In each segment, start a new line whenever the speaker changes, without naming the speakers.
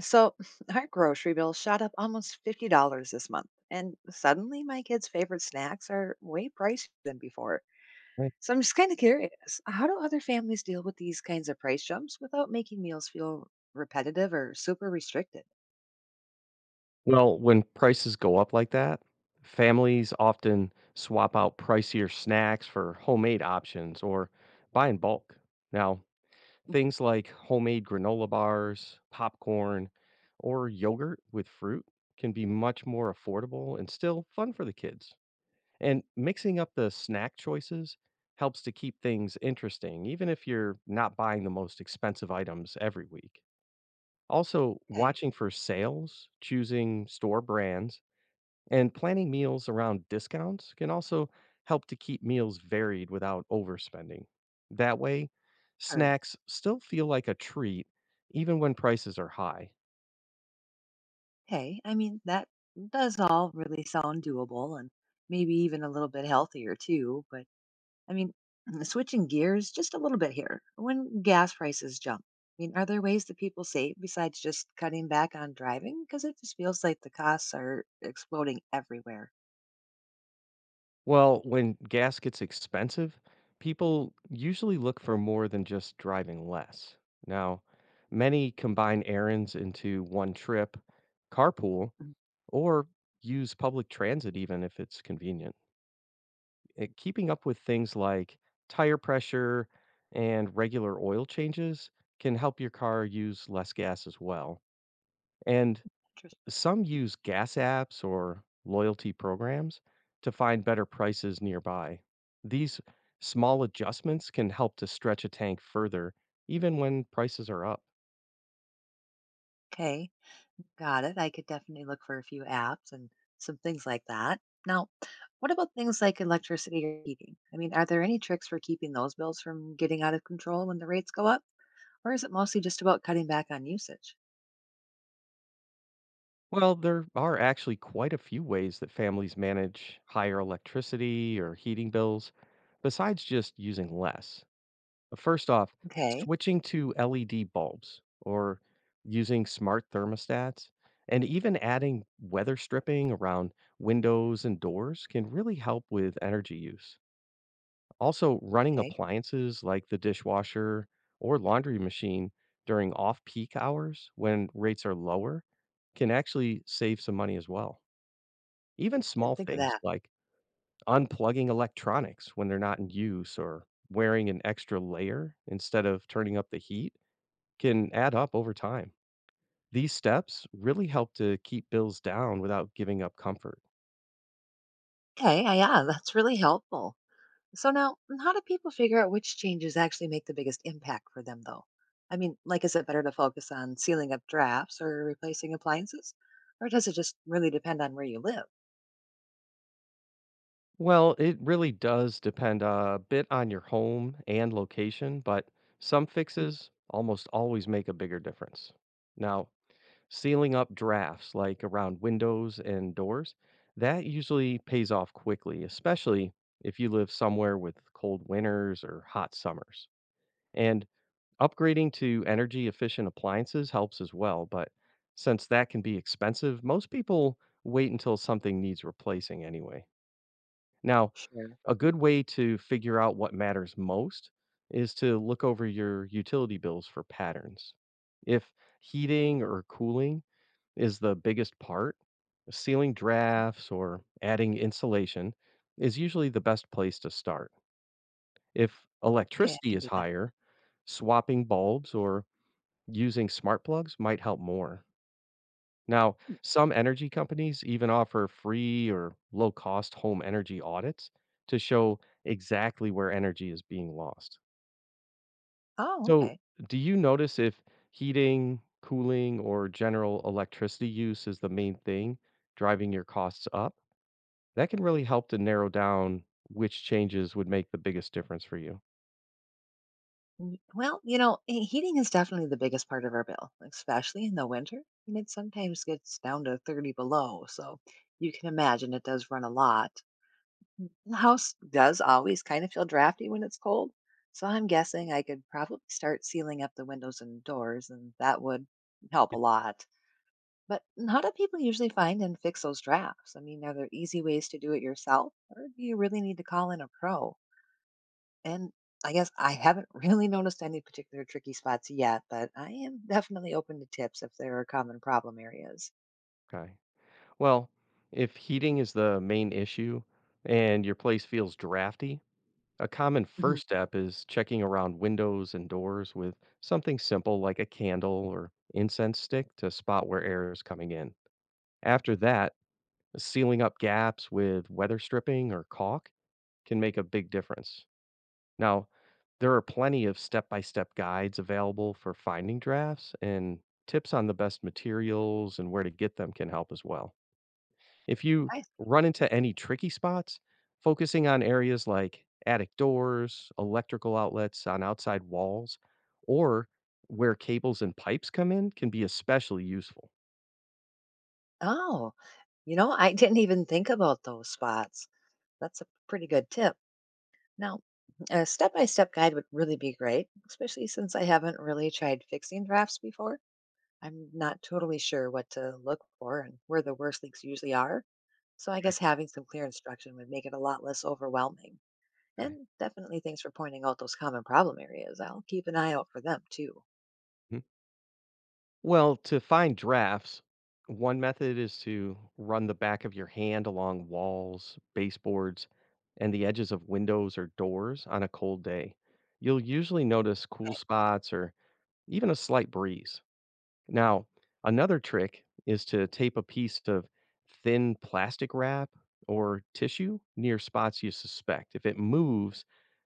So our grocery bill shot up almost $50 this month, and suddenly my kids' favorite snacks are way pricier than before.
Right.
So I'm just kind of curious, how do other families deal with these kinds of price jumps without making meals feel repetitive or super restricted?
Well, when prices go up like that, families often swap out pricier snacks for homemade options or buy in bulk. Now,
Mm.
things like homemade granola bars, popcorn, or yogurt with fruit can be much more affordable and still fun for the kids. And mixing up the snack choices helps to keep things interesting, even if you're not buying the most expensive items every week. Also,
Okay,
watching for sales, choosing store brands, and planning meals around discounts can also help to keep meals varied without overspending. That way,
or
snacks still feel like a treat even when prices are high.
okay, I mean that does all really sound doable and maybe even a little bit healthier too, but I mean, switching gears just a little bit here. When gas prices jump, I mean, are there ways that people save besides just cutting back on driving? Because it just feels like the costs are exploding everywhere.
Well, when gas gets expensive, people usually look for more than just driving less. Now, many combine errands into one trip, carpool,
Mm.
or use public transit even if it's convenient. Keeping up with things like tire pressure and regular oil changes can help your car use less gas as well. And
Interesting.
some use gas apps or loyalty programs to find better prices nearby. These small adjustments can help to stretch a tank further, even when prices are up.
Okay, got it. I could definitely look for a few apps and some things like that. Now, what about things like electricity or heating? I mean, are there any tricks for keeping those bills from getting out of control when the rates go up? Or is it mostly just about cutting back on usage?
Well, there are actually quite a few ways that families manage higher electricity or heating bills besides just using less. First off,
Okay,
switching to LED bulbs or using smart thermostats and even adding weather stripping around windows and doors can really help with energy use. Also, running
okay.
appliances like the dishwasher or laundry machine during off peak hours when rates are lower can actually save some money as well. Even
I didn't
small
think of
things
that.
like unplugging electronics when they're not in use or wearing an extra layer instead of turning up the heat can add up over time. These steps really help to keep bills down without giving up comfort.
Okay, yeah, that's really helpful. So now, how do people figure out which changes actually make the biggest impact for them, though? I mean, like, is it better to focus on sealing up drafts or replacing appliances? Or does it just really depend on where you live?
Well, it really does depend a bit on your home and location, but some
Mm.
fixes almost always make a bigger difference. Now, sealing up drafts like around windows and doors, that usually pays off quickly, especially if you live somewhere with cold winters or hot summers. And upgrading to energy efficient appliances helps as well, but since that can be expensive, most people wait until something needs replacing anyway. Now,
Sure.
a good way to figure out what matters most is to look over your utility bills for patterns. If heating or cooling is the biggest part, sealing drafts or adding insulation is usually the best place to start. If
Okay, I
electricity
can
is
do that.
higher, swapping bulbs or using smart plugs might help more. Now, some energy companies even offer free or low cost home energy audits to show exactly where energy is being lost.
Oh,
So,
okay.
do you notice if heating, cooling, or general electricity use is the main thing driving your costs up? That can really help to narrow down which changes would make the biggest difference for you.
Mm. Well, you know, heating is definitely the biggest part of our bill, especially in the winter. And it sometimes gets down to 30 below. So you can imagine it does run a lot. The house does always kind of feel drafty when it's cold. So I'm guessing I could probably start sealing up the windows and doors, and that would help a lot. But how do people usually find and fix those drafts? I mean, are there easy ways to do it yourself, or do you really need to call in a pro? And I guess I haven't really noticed any particular tricky spots yet, but I am definitely open to tips if there are common problem areas.
Okay. Well, if heating is the main issue and your place feels drafty, a common
Mhm.
first step is checking around windows and doors with something simple like a candle or incense stick to spot where air is coming in. After that, sealing up gaps with weather stripping or caulk can make a big difference. Now, there are plenty of step by step guides available for finding drafts, and tips on the best materials and where to get them can help as well. If you
I
run into any tricky spots, focusing on areas like attic doors, electrical outlets on outside walls, or where cables and pipes come in can be especially useful.
Oh, you know, I didn't even think about those spots. That's a pretty good tip. Now, a step-by-step guide would really be great, especially since I haven't really tried fixing drafts before. I'm not totally sure what to look for and where the worst leaks usually are. So I
Right.
guess having some clear instruction would make it a lot less overwhelming.
Right.
And definitely thanks for pointing out those common problem areas. I'll keep an eye out for them too.
Mhm. Well, to find drafts, one method is to run the back of your hand along walls, baseboards, and the edges of windows or doors on a cold day. You'll usually notice cool spots or even a slight breeze. Now, another trick is to tape a piece of thin plastic wrap or tissue near spots you suspect. If it moves,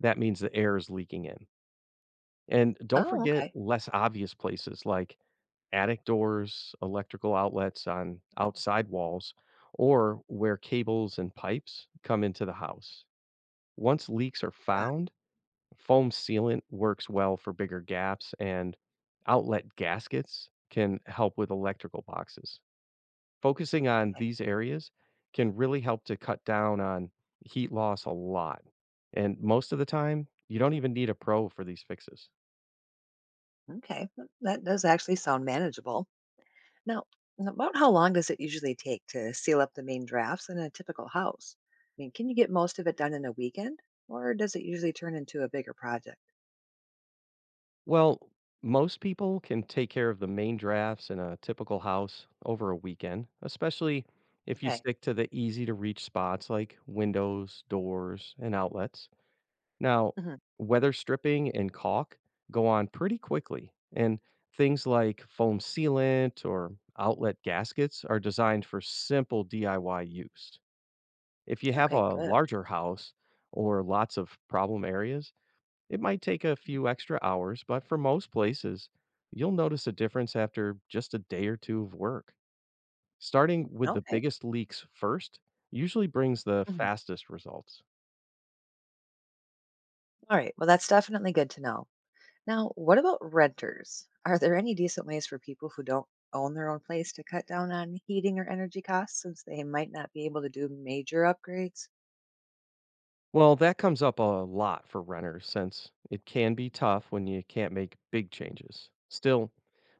that means the air is leaking in. And don't
Oh,
forget
okay.
less obvious places like attic doors, electrical outlets on outside walls, or where cables and pipes come into the house. Once leaks are
Got
found, foam sealant works well for bigger gaps, and outlet gaskets can help with electrical boxes. Focusing on
it.
these areas can really help to cut down on heat loss a lot. And most of the time, you don't even need a pro for these fixes.
Okay. That does actually sound manageable. Now, about how long does it usually take to seal up the main drafts in a typical house? I mean, can you get most of it done in a weekend or does it usually turn into a bigger project?
Well, most people can take care of the main drafts in a typical house over a weekend, especially if you
Okay.
stick to the easy to reach spots like windows, doors, and outlets. Now,
hmm
weather stripping and caulk go on pretty quickly, and things like foam sealant or outlet gaskets are designed for simple DIY use. If you have
Okay,
a
good.
larger house or lots of problem areas, it might take a few extra hours, but for most places, you'll notice a difference after just a day or two of work. Starting with the
Okay.
biggest leaks first usually brings the
Mhm.
fastest results.
All right. Well, that's definitely good to know. Now, what about renters? Are there any decent ways for people who don't own their own place to cut down on heating or energy costs since they might not be able to do major upgrades?
Well, that comes up a lot for renters since it can be tough when you can't make big changes. Still,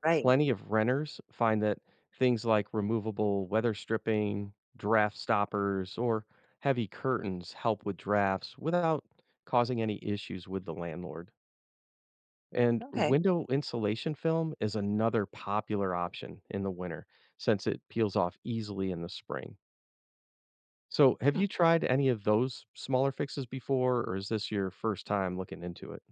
Right.
plenty of renters find that things like removable weather stripping, draft stoppers, or heavy curtains help with drafts without causing any issues with the landlord. And
Okay.
window insulation film is another popular option in the winter since it peels off easily in the spring. So, have
Hmm.
you tried any of those smaller fixes before, or is this your first time looking into it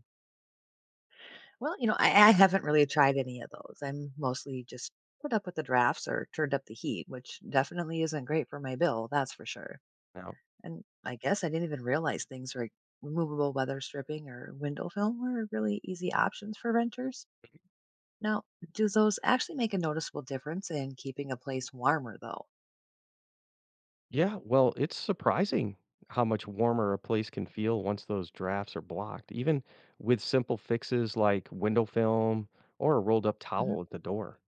Well, you know, I haven't really tried any of those. I'm mostly just put up with the drafts or turned up the heat, which definitely isn't great for my bill, that's for sure.
now?
And I guess I didn't even realize things like removable weather stripping or window film were really easy options for renters. Now, do those actually make a noticeable difference in keeping a place warmer, though?
Yeah, well, it's surprising how much warmer a place can feel once those drafts are blocked, even with simple fixes like window film or a rolled up
Mhm.
towel at the door.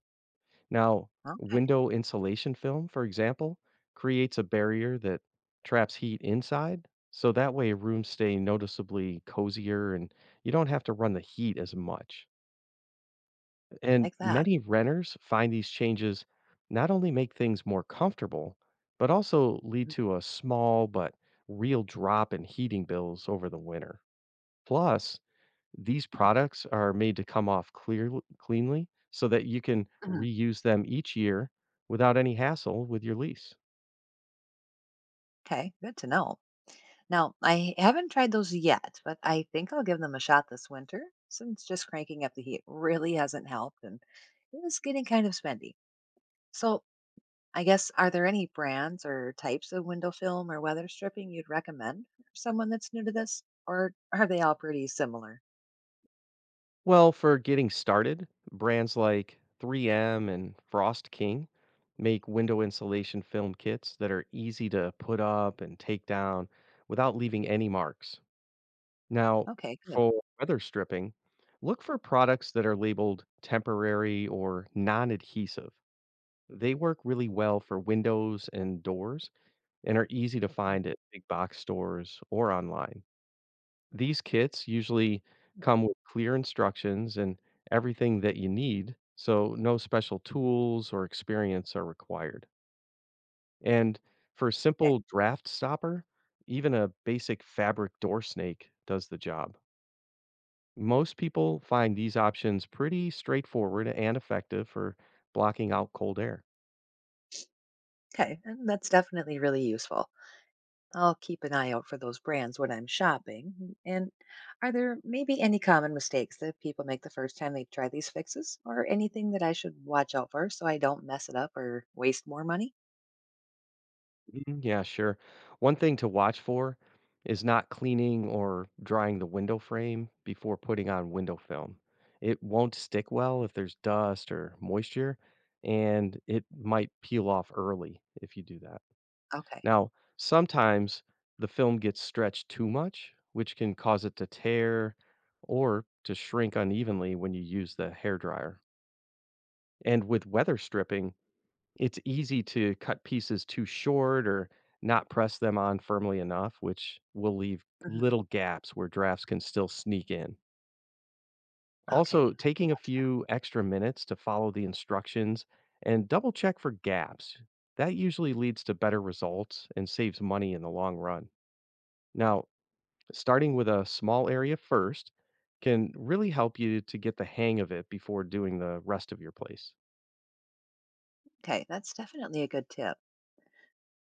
Now,
Okay,
window insulation film, for example, creates a barrier that traps heat inside. So that way, rooms stay noticeably cozier and you don't have to run the heat as much. And
like that.
many renters find these changes not only make things more comfortable, but also lead to a small but real drop in heating bills over the winter. Plus, these products are made to come off clear, cleanly so that you can
Mhm.
reuse them each year without any hassle with your lease.
Okay, good to know. Now, I haven't tried those yet, but I think I'll give them a shot this winter since just cranking up the heat really hasn't helped and it is getting kind of spendy. So, I guess, are there any brands or types of window film or weather stripping you'd recommend for someone that's new to this? Or are they all pretty similar?
Well, for getting started, brands like 3M and Frost King make window insulation film kits that are easy to put up and take down without leaving any marks. Now,
Okay, good.
for weather stripping, look for products that are labeled temporary or non adhesive. They work really well for windows and doors and are easy to
Mm.
find at big box stores or online. These kits usually come with clear instructions and everything that you need, so no special tools or experience are required. And for a
Okay,
simple draft stopper, even a basic fabric door snake does the job. Most people find these options pretty straightforward and effective for blocking out cold air.
okay, and that's definitely really useful. I'll keep an eye out for those brands when I'm shopping. And are there maybe any common mistakes that people make the first time they try these fixes or anything that I should watch out for so I don't mess it up or waste more money?
Mhm. Yeah, sure. One thing to watch for is not cleaning or drying the window frame before putting on window film. It won't stick well if there's dust or moisture, and it might peel off early if you do that.
Okay.
Now, sometimes the film gets stretched too much, which can cause it to tear or to shrink unevenly when you use the hair dryer. And with weather stripping, it's easy to cut pieces too short or not press them on firmly enough, which will leave
hmm
little gaps where drafts can still sneak in.
Okay.
Also, taking a
Watch that.
few extra minutes to follow the instructions and double check for gaps. That usually leads to better results and saves money in the long run. Now, starting with a small area first can really help you to get the hang of it before doing the rest of your place.
Okay. That's definitely a good tip.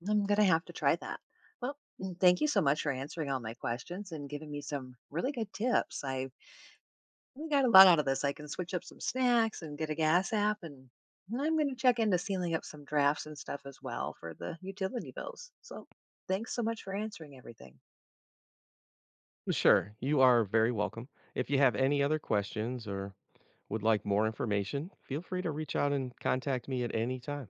I'm going to have to try that. Well, thank you so much for answering all my questions and giving me some really good tips. I We got a lot out of this. I can switch up some snacks and get a gas app, and I'm going to check into sealing up some drafts and stuff as well for the utility bills. So, thanks so much for answering everything.
Sure, you are very welcome. If you have any other questions or would like more information, feel free to reach out and contact me at any time.